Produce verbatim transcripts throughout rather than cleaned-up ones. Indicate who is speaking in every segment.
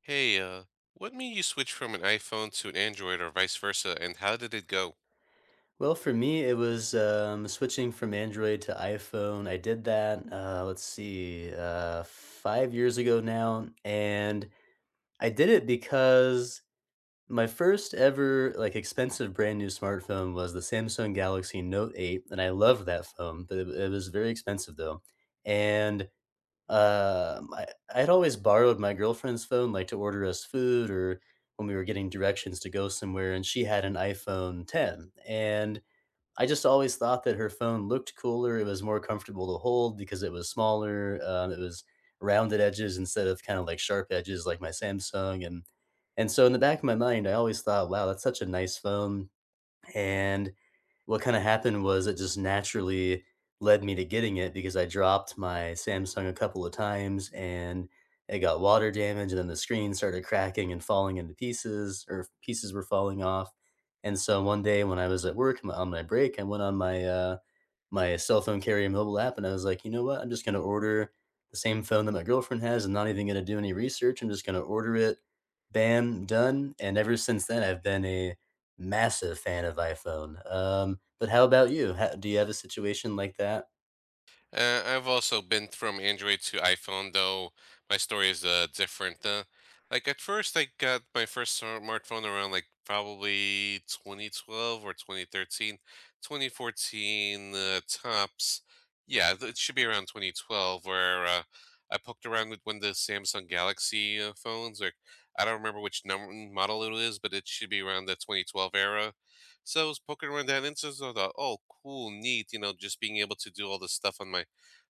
Speaker 1: Hey, uh, what made you switch from an iPhone to an Android or vice versa, and how did it go?
Speaker 2: Well, for me, it was um, switching from Android to iPhone. I did that, uh, let's see, uh, five years ago now. And I did it because my first ever like expensive brand new smartphone was the Samsung Galaxy Note eight. And I loved that phone, but it, it was very expensive though. And um, I, I'd always borrowed my girlfriend's phone, like to order us food or when we were getting directions to go somewhere. And she had an iPhone ten. And I just always thought that her phone looked cooler. It was more comfortable to hold because it was smaller. Um, it was rounded edges instead of kinda, like, sharp edges like my Samsung, and and so in the back of my mind, I always thought, "Wow, that's such a nice phone," and what kinda happened was it just naturally led me to getting it because I dropped my Samsung a couple of times, and it got water damage, and then the screen started cracking and falling into pieces, or pieces were falling off, and so one day when I was at work, on my break, I went on my, uh my cell phone carrier mobile app, and I was like, "You know what? I'm just gonna order the same phone that my girlfriend has. I'm not even gonna do any research. I'm just gonna order it." Bam, done. And ever since then, I've been a massive fan of iPhone. Um, but how about you? How, do you have a situation like that?
Speaker 1: Uh, I've also been from Android to iPhone, though my story is uh, different. Uh, like at first, I got my first smartphone around like probably twenty twelve or twenty thirteen, twenty fourteen uh, tops. Yeah, th- it should be around twenty twelve where uh, I poked around with one of the Samsung Galaxy uh, phones. Like I don't remember which number model it is, but it should be around the twenty twelve era. So I was poking around that instance. I thought, oh, cool, neat. You know, just being able to do all this stuff on my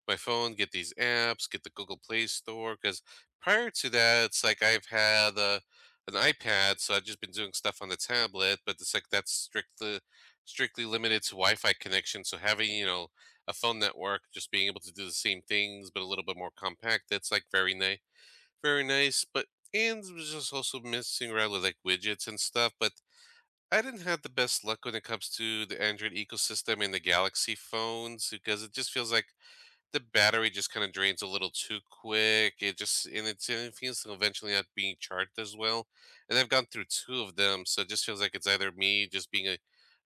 Speaker 1: my phone, get these apps, get the Google Play Store. Because prior to that, it's like I've had uh, an iPad, so I've just been doing stuff on the tablet. But it's like that's strictly strictly limited to Wi-Fi connection. So having you know a phone network, just being able to do the same things but a little bit more compact. That's like very nice, very nice. But and was just also messing around with like widgets and stuff, but I didn't have the best luck when it comes to the Android ecosystem and the Galaxy phones because it just feels like the battery just kind of drains a little too quick. It just and it's and it feels like eventually not being charged as well. And I've gone through two of them, so it just feels like it's either me just being a,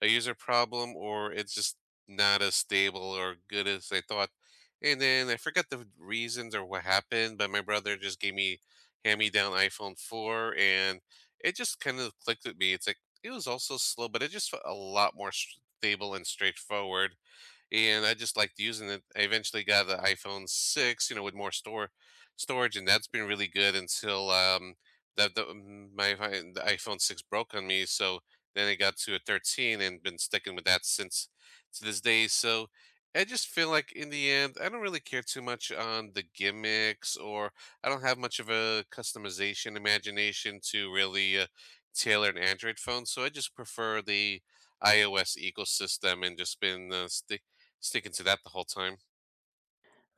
Speaker 1: a user problem or it's just not as stable or good as I thought. And then I forgot the reasons or what happened, but my brother just gave me hand me down iPhone four, and it just kind of clicked with me. It's like it was also slow, but it just felt a lot more stable and straightforward, and I just liked using it. I eventually got the iPhone six, you know, with more store storage, and that's been really good until um, that the, mm, my fi- the iPhone six broke on me. So then I got to a thirteen and been sticking with that since to this day. So I just feel like in the end, I don't really care too much on the gimmicks, or I don't have much of a customization imagination to really uh, tailor an Android phone. So I just prefer the iOS ecosystem and just been uh, sti sticking to that the whole time,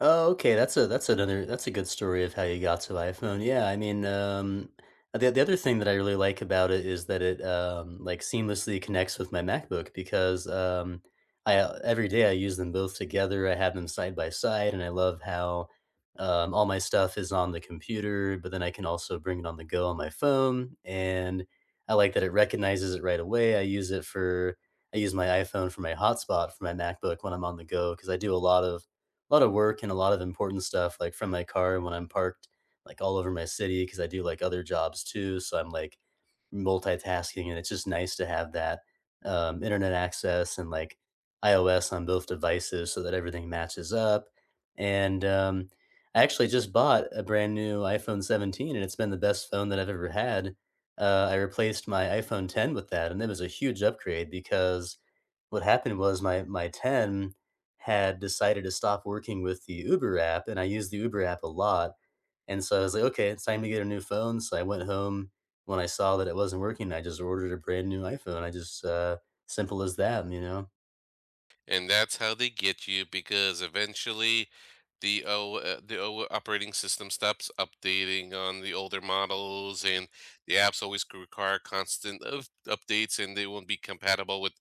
Speaker 2: Oh, okay, that's a that's another that's a good story of how you got to iPhone. Yeah, I mean, um, the the other thing that I really like about it is that it um, like seamlessly connects with my MacBook because um, I uh, every day I use them both together. I have them side by side, and I love how um, all my stuff is on the computer, but then I can also bring it on the go on my phone, and I like that it recognizes it right away. I use it for I use my iPhone for my hotspot for my MacBook when I'm on the go because I do a lot of lot of work and a lot of important stuff, like, from my car when I'm parked, like, all over my city, because I do, like, other jobs too, so I'm, like, multitasking, and it's just nice to have that, um, internet access and, like, iOS on both devices so that everything matches up, and, um, I actually just bought a brand new iPhone seventeen, and it's been the best phone that I've ever had. Uh, I replaced my iPhone ten with that, and it was a huge upgrade because what happened was my my ten had decided to stop working with the Uber app, and I use the Uber app a lot. And so I was like, okay, it's time to get a new phone. So I went home. When I saw that it wasn't working, I just ordered a brand new iPhone. I just, uh, simple as that, you know?
Speaker 1: and that's how they get you because eventually the O uh, the O operating system stops updating on the older models, and the apps always c- require constant of updates, and they won't be compatible with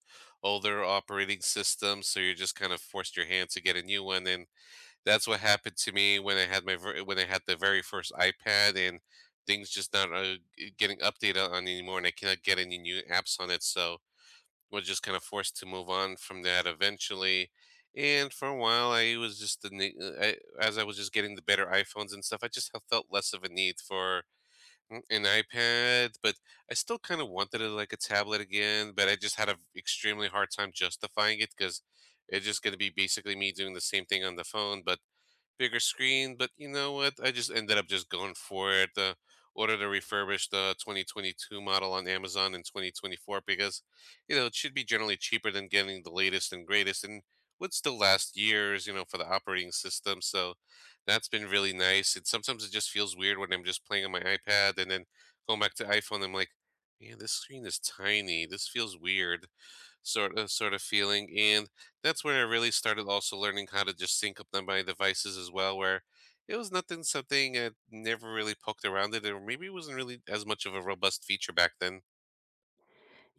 Speaker 1: older operating systems. So you're just kind of forced your hand to get a new one, and that's what happened to me when I had my ver- when I had the very first iPad. And things just not uh, getting updated on anymore, and I cannot get any new apps on it. So was just kind of forced to move on from that eventually. And for a while, I was just the ne- uh, I, as I was just getting the better iPhones and stuff, I just have felt less of a need for mm, an iPad. But I still kind of wanted it like a tablet again. But I just had an extremely hard time justifying it because it's just going to be basically me doing the same thing on the phone. But bigger screen, but you know what? I just ended up just going for it. Uh, ordered a refurbished uh, twenty twenty-two model on Amazon in twenty twenty-four because, you know, it should be generally cheaper than getting the latest and greatest and would still last years, you know, for the operating system. So that's been really nice. And sometimes it just feels weird when I'm just playing on my iPad and then going back to iPhone. I'm like, man, this screen is tiny. This feels weird sort of sort of feeling. And that's where I really started also learning how to just sync up on my devices as well, where it was nothing something I never really poked around it, or maybe it wasn't really as much of a robust feature back then.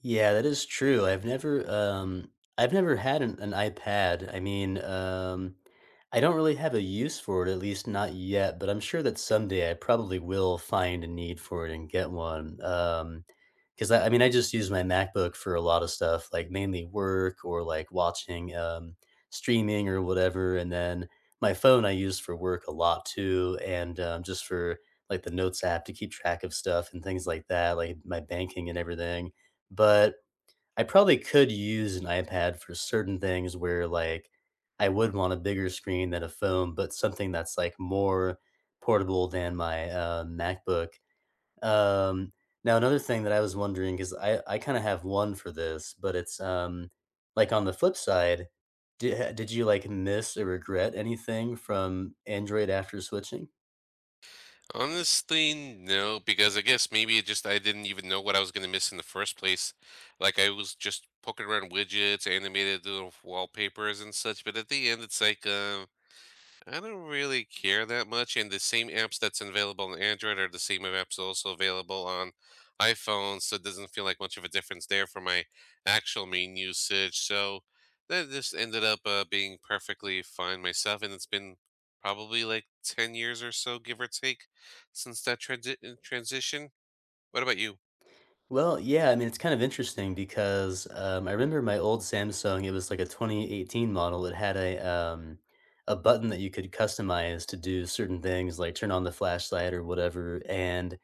Speaker 2: Yeah, that is true. I've never um I've never had an, an iPad. I mean, um I don't really have a use for it, at least not yet, but I'm sure that someday I probably will find a need for it and get one. Um because I, I mean I just use my MacBook for a lot of stuff, like mainly work or like watching um streaming or whatever, and then my phone I use for work a lot too, and um, just for like the notes app to keep track of stuff and things like that, like my banking and everything. But I probably could use an iPad for certain things where, like, I would want a bigger screen than a phone, but something that's, like, more portable than my, uh, MacBook. Um, Now another thing that I was wondering wondering 'cause I I kinda have one for this, but it's, um, like, on the flip side, did did you, like, miss or regret anything from Android after switching?
Speaker 1: Honestly, no, because I guess maybe it just I didn't even know what I was gonna miss in the first place. Like I was just poking around widgets, animated little wallpapers and such, but at the end it's like um I don't really care that much, and the same apps that's available on Android are the same apps also available on iPhone, so it doesn't feel like much of a difference there for my actual main usage. So that just ended up uh, being perfectly fine myself, and it's been probably like ten years or so, give or take, since that transi- transition. What about you?
Speaker 2: Well, yeah, I mean, it's kind of interesting because, um, I remember my old Samsung, it was like a twenty eighteen model. It had a, um, a button that you could customize to do certain things, like turn on the flashlight or whatever, and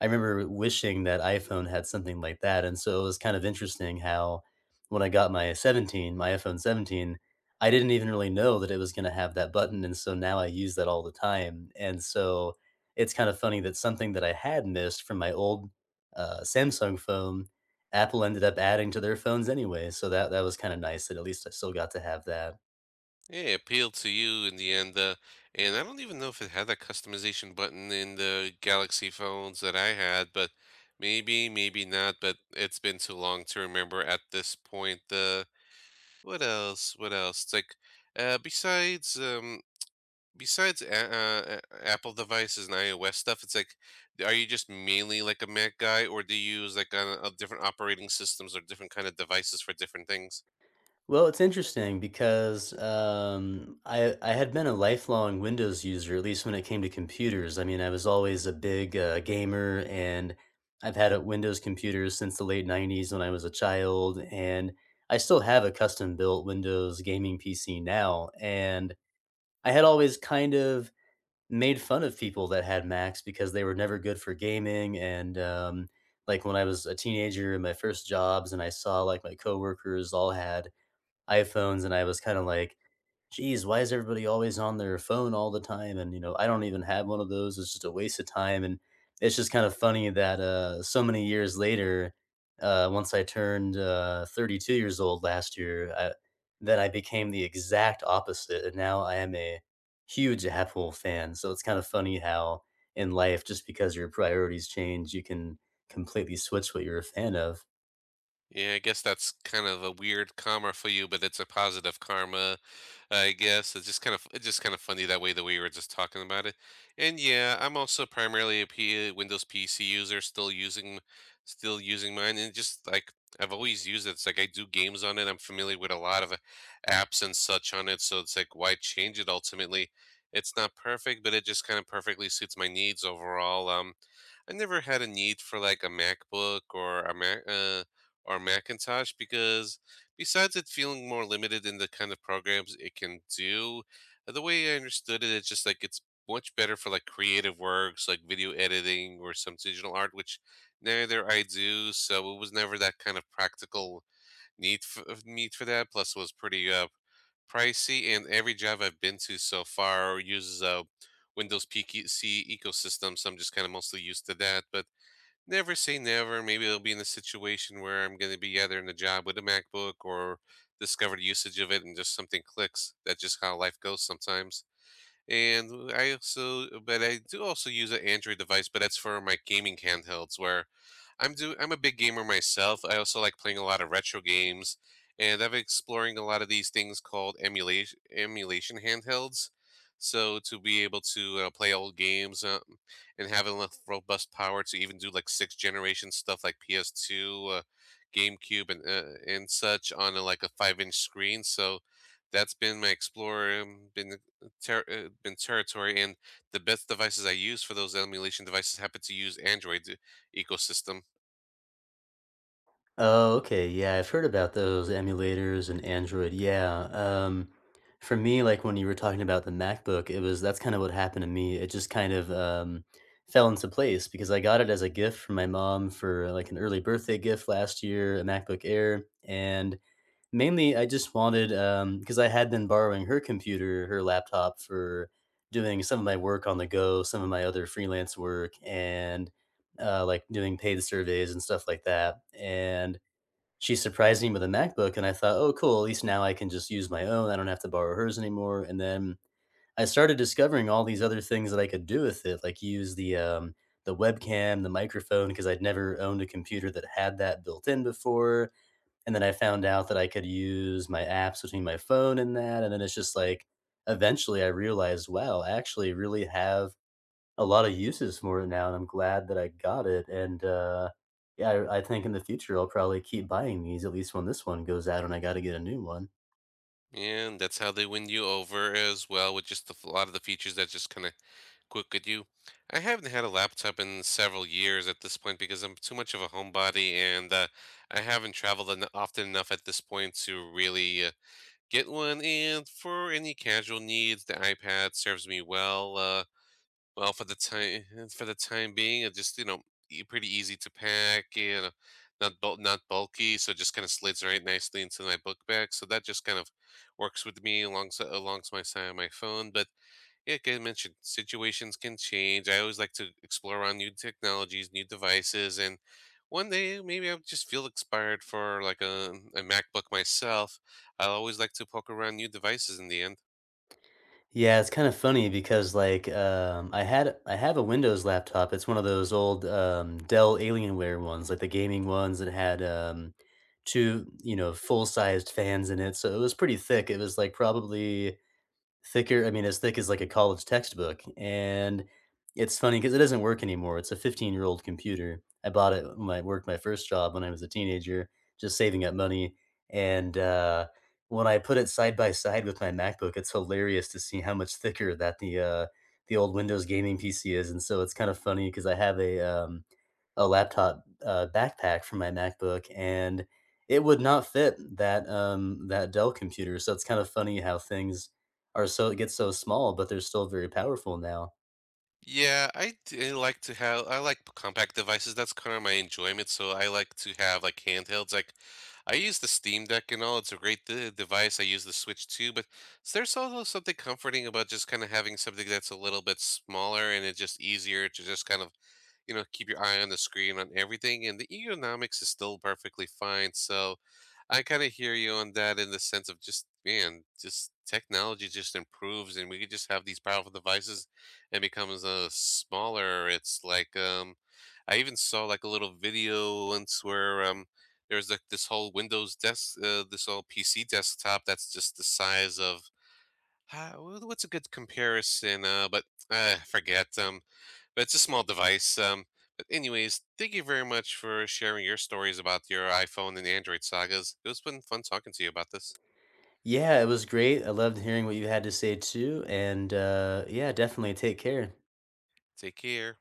Speaker 2: I remember wishing that iPhone had something like that, and so it was kind of interesting how when I got my seventeen, my iPhone seventeen, I didn't even really know that it was gonna have that button, and so now I use that all the time, and so it's kind of funny that something that I had missed from my old, uh, Samsung phone, Apple ended up adding to their phones anyway, so that that was kinda nice that at least I still got to have that.
Speaker 1: Yeah, it appealed to you in the end, uh, and I don't even know if it had that customization button in the Galaxy phones that I had, but maybe, maybe not. But it's been too long to remember at this point. Uh, what else? What else? It's like, uh, besides, um, besides a- uh, a- Apple devices and iOS stuff, it's like, are you just mainly like a Mac guy, or do you use like uh, uh, different operating systems or different kind of devices for different things?
Speaker 2: Well, it's interesting because um, I I had been a lifelong Windows user, at least when it came to computers. I mean, I was always a big uh, gamer, and I've had a Windows computer since the late nineties when I was a child, and I still have a custom-built Windows gaming P C now. And I had always kind of made fun of people that had Macs because they were never good for gaming, and um, like when I was a teenager in my first jobs, and I saw like my coworkers all had iPhones, and I was kind of like, geez, why is everybody always on their phone all the time? And, you know, I don't even have one of those. It's just a waste of time. And it's just kind of funny that uh, so many years later, uh, once I turned uh, thirty-two years old last year, I, then I became the exact opposite. And now I am a huge Apple fan. So it's kind of funny how in life, just because your priorities change, you can completely switch what you're a fan of.
Speaker 1: Yeah, I guess that's kind of a weird karma for you, but it's a positive karma, I guess. It's just kind of it's just kind of funny that way the way we were just talking about it. And yeah, I'm also primarily a P, Windows P C user, still using still using mine, and just like I've always used it. It's like I do games on it. I'm familiar with a lot of uh, apps and such on it, so it's like why change it ultimately? It's not perfect, but it just kind of perfectly suits my needs overall. Um, I never had a need for like a MacBook or a Mac. Uh, or Macintosh because besides it feeling more limited in the kind of programs it can do, uh, the way I understood it, it's just like it's much better for like creative works like video editing or some digital art, which neither I do. So it was never that kind of practical need for, need for that. Plus, it was pretty uh, pricey, and every job I've been to so far uses a Windows P C ecosystem, so I'm just kind of mostly used to that. But never say never. Maybe it'll be in a situation where I'm going to be either in a job with a MacBook or discover the usage of it and just something clicks. That's just how life goes sometimes. And I also uh, but I do also use an Android device, but that's for my gaming handhelds where I'm do I'm a big gamer myself. I also like playing a lot of retro games, and I've been exploring a lot of these things called emulation emulation handhelds. So to be able to uh, play old games, uh, and have enough robust power to even do like sixth generation stuff like P S two, uh, GameCube, and uh, and such on a, like a five inch screen. So that's been my exploring, been ter- uh, been territory, and the best devices I use for those emulation devices happen to use Android uh, ecosystem,
Speaker 2: Oh, okay. Yeah, I've heard about those emulators and Android. Yeah. Um, for me, like when you were talking about the MacBook, it was that's kind of what happened to me. It just kind of um, fell into place because I got it as a gift from my mom for like an early birthday gift last year, a MacBook Air. And mainly, I just wanted, um, because I had been borrowing her computer, her laptop for doing some of my work on the go, some of my other freelance work, and uh, like doing paid surveys and stuff like that. And she surprised me with a MacBook, and I thought, "Oh, cool, at least now I can just use my own, I don't have to borrow hers anymore," and then I started discovering all these other things that I could do with it, like use the, um, the webcam, the microphone, because 'cause I'd never owned a computer that had that built in before, and then I found out that I could use my apps between my phone and that, and then it's just like, eventually I realized, wow, I actually really have a lot of uses for it now, and I'm glad that I got it, and, uh, yeah, I I think in the future, I'll probably keep buying these at least when this one goes out and I gotta get a new one.
Speaker 1: and that's how they win you over as well with just the, f- a lot of the features that just kind of quick at you. I haven't had a laptop in several years at this point because I'm too much of a homebody, and uh, I haven't traveled en- often enough at this point to really uh, get one. And for any casual needs, the iPad serves me well. Uh, Well, for the time eh, for the time being, it just you know e- pretty easy to pack and uh, not bul- not bulky, so it just kind of slides right nicely into my book bag. So that just kind of works with me alongside alongside my side of my phone. But yeah, like I mentioned, situations can change. I always like to explore on new technologies, new devices, and one day maybe I would just feel inspired for like a, a MacBook myself. I always like to poke around new devices in the end.
Speaker 2: Yeah, it's kinda funny because, like, um, I had I have a Windows laptop. It's one of those old, um, Dell Alienware ones, like the gaming ones that had, um, two, you know, full-sized fans in it, so it was pretty thick. It was, like, probably thicker, I mean, as thick as, like, a college textbook, and it's funny because it doesn't work anymore. It's a fifteen-year-old computer. I bought it when I worked my first job when I was a teenager, just saving up money, and, uh, when I put it side by side with my MacBook, it's hilarious to see how much thicker that the, uh the old Windows gaming P C is, and so it's kind of funny because I have a, um, a laptop, uh, backpack for my MacBook, and it would not fit that, um, that Dell computer, so it's kind of funny how things are so it gets so small, but they're still very powerful now.
Speaker 1: Yeah, I d- I like to have I like compact devices. That's kind of my enjoyment. So I like to have like handhelds. Like I use the Steam Deck and all. It's a great de device. I use the Switch too, but s- there's also something comforting about just kind of having something that's a little bit smaller, and it's just easier to just kind of you know keep your eye on the screen on everything, and the ergonomics is still perfectly fine, so I kind of hear you on that in the sense of just man just technology just improves and we could just have these powerful devices and becomes a smaller. It's like um I even saw like a little video once where um there's like this whole windows desk uh, this whole PC desktop that's just the size of uh, wh- what's a good comparison? Uh, but uh, Forget. Um, but it's a small device. Um, but anyways, thank you very much for sharing your stories about your iPhone and Android sagas. It was been fun talking to you about this.
Speaker 2: Yeah, it was great. I loved hearing what you had to say too, and, uh, yeah, definitely take care.
Speaker 1: Take care.